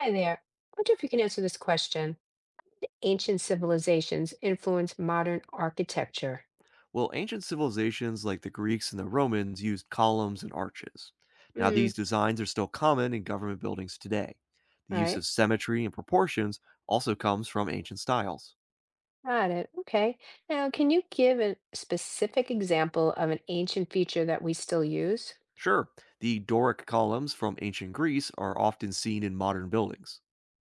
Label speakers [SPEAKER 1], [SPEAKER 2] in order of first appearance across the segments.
[SPEAKER 1] Hi there. I wonder if you can answer this question. Ancient civilizations influence modern architecture.
[SPEAKER 2] Well, ancient civilizations like the Greeks and the Romans used columns and arches. Now,
[SPEAKER 1] Hmm,
[SPEAKER 2] these designs are still common in government buildings today. The use
[SPEAKER 1] right.
[SPEAKER 2] of symmetry and proportions also comes from ancient styles.
[SPEAKER 1] Got it. Okay. Now, can you give a specific example of an ancient feature that we still use?
[SPEAKER 2] Sure, the Doric columns from ancient Greece are often seen in modern buildings.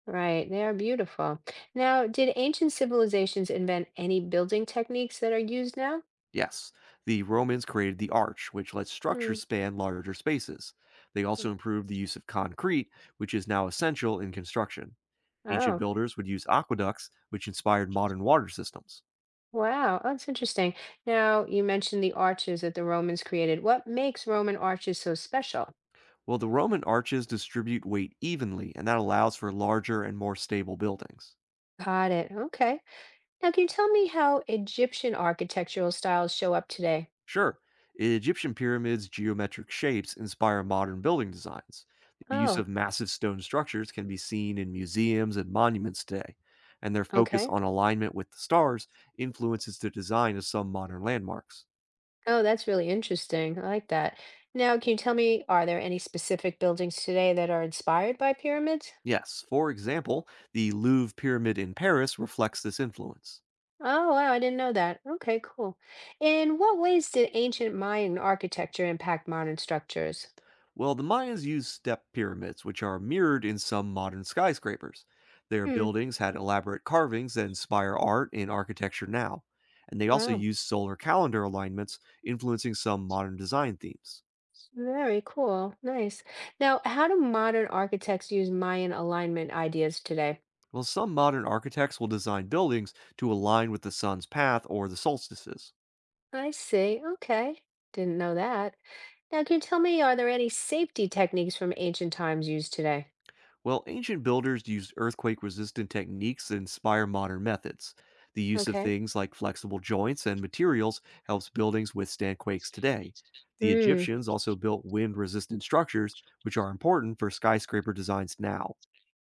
[SPEAKER 1] Right, they are beautiful. Now, did ancient civilizations invent any building techniques that are used now?
[SPEAKER 2] Yes, the Romans created the arch, which lets structures
[SPEAKER 1] Hmm.
[SPEAKER 2] span larger spaces. They also improved the use of concrete, which is now essential in construction. Ancient
[SPEAKER 1] Oh,
[SPEAKER 2] builders would use aqueducts, which inspired modern water systems.
[SPEAKER 1] wow. Oh, that's interesting. Now, you mentioned the arches that the Romans created. What makes Roman arches so special?
[SPEAKER 2] Well, the Roman arches distribute weight evenly, and that allows for larger and more stable buildings.
[SPEAKER 1] Got it. Okay. Now, can you tell me how Egyptian architectural styles show up today?
[SPEAKER 2] Sure, Egyptian pyramids' geometric shapes inspire modern building designs. The use
[SPEAKER 1] Oh,
[SPEAKER 2] of massive stone structures can be seen in museums and monuments today, and their focus
[SPEAKER 1] okay.
[SPEAKER 2] on alignment with the stars influences the design of some modern landmarks.
[SPEAKER 1] Oh, that's really interesting. I like that. Now, can you tell me, are there any specific buildings today that are inspired by pyramids?
[SPEAKER 2] Yes, for example, the Louvre Pyramid in Paris reflects this influence.
[SPEAKER 1] Oh, wow, I didn't know that. Okay, cool. In what ways did ancient Mayan architecture impact modern structures?
[SPEAKER 2] Well, the Mayans used step pyramids, which are mirrored in some modern skyscrapers. Their
[SPEAKER 1] Hmm,
[SPEAKER 2] buildings had elaborate carvings that inspire art and architecture now. And they also
[SPEAKER 1] wow,
[SPEAKER 2] used solar calendar alignments, influencing some modern design themes.
[SPEAKER 1] very cool. Nice. Now, how do modern architects use Mayan alignment ideas today?
[SPEAKER 2] Well, some modern architects will design buildings to align with the sun's path or the solstices.
[SPEAKER 1] I see. Okay. Didn't know that. Now, can you tell me, are there any safety techniques from ancient times used today?
[SPEAKER 2] Well, ancient builders used earthquake resistant techniques that inspire modern methods. The use of
[SPEAKER 1] Okay.
[SPEAKER 2] things like flexible joints and materials helps buildings withstand quakes today. The
[SPEAKER 1] Mm.
[SPEAKER 2] Egyptians also built wind resistant structures, which are important for skyscraper designs now.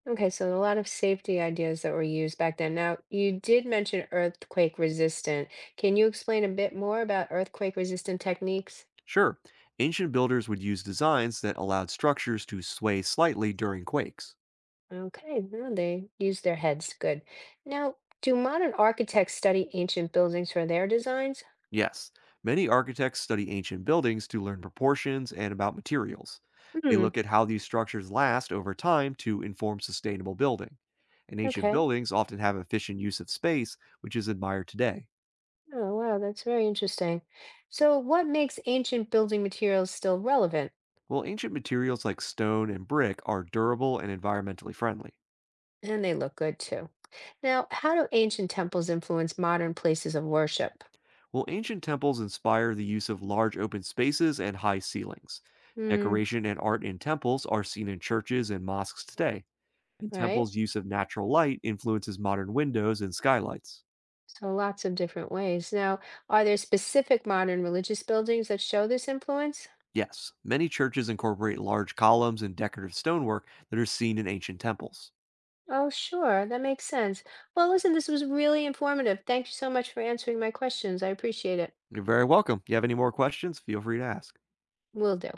[SPEAKER 1] Okay, so a lot of safety ideas that were used back then. Now, you did mention earthquake resistant. Can you explain a bit more about earthquake resistant techniques?
[SPEAKER 2] Sure, ancient builders would use designs that allowed structures to sway slightly during quakes.
[SPEAKER 1] Okay, no, they use their heads. Good. Now, do modern architects study ancient buildings for their designs?
[SPEAKER 2] Yes, many architects study ancient buildings to learn proportions and about materials. They
[SPEAKER 1] Hmm.
[SPEAKER 2] look at how these structures last over time to inform sustainable building. And ancient
[SPEAKER 1] Okay.
[SPEAKER 2] buildings often have efficient use of space, which is admired today.
[SPEAKER 1] Oh, wow, that's very interesting. So, what makes ancient building materials still relevant?
[SPEAKER 2] While ancient materials like stone and brick are durable and environmentally friendly.
[SPEAKER 1] And they look good too. Now, how do ancient temples influence modern places of worship?
[SPEAKER 2] While ancient temples inspire the use of large open spaces and high ceilings.
[SPEAKER 1] Hmm,
[SPEAKER 2] Decoration and art in temples are seen in churches and mosques today and
[SPEAKER 1] right?
[SPEAKER 2] temples' use of natural light influences modern windows and skylights.
[SPEAKER 1] So lots of different ways. Now, are there specific modern religious buildings that show this influence?
[SPEAKER 2] Yes, many churches incorporate large columns and decorative stonework that are seen in ancient temples.
[SPEAKER 1] Oh, sure, that makes sense. Well, listen, this was really informative. Thank you so much for answering my questions. I appreciate it.
[SPEAKER 2] You're very welcome. You have any more questions? Feel free to ask.
[SPEAKER 1] Will do.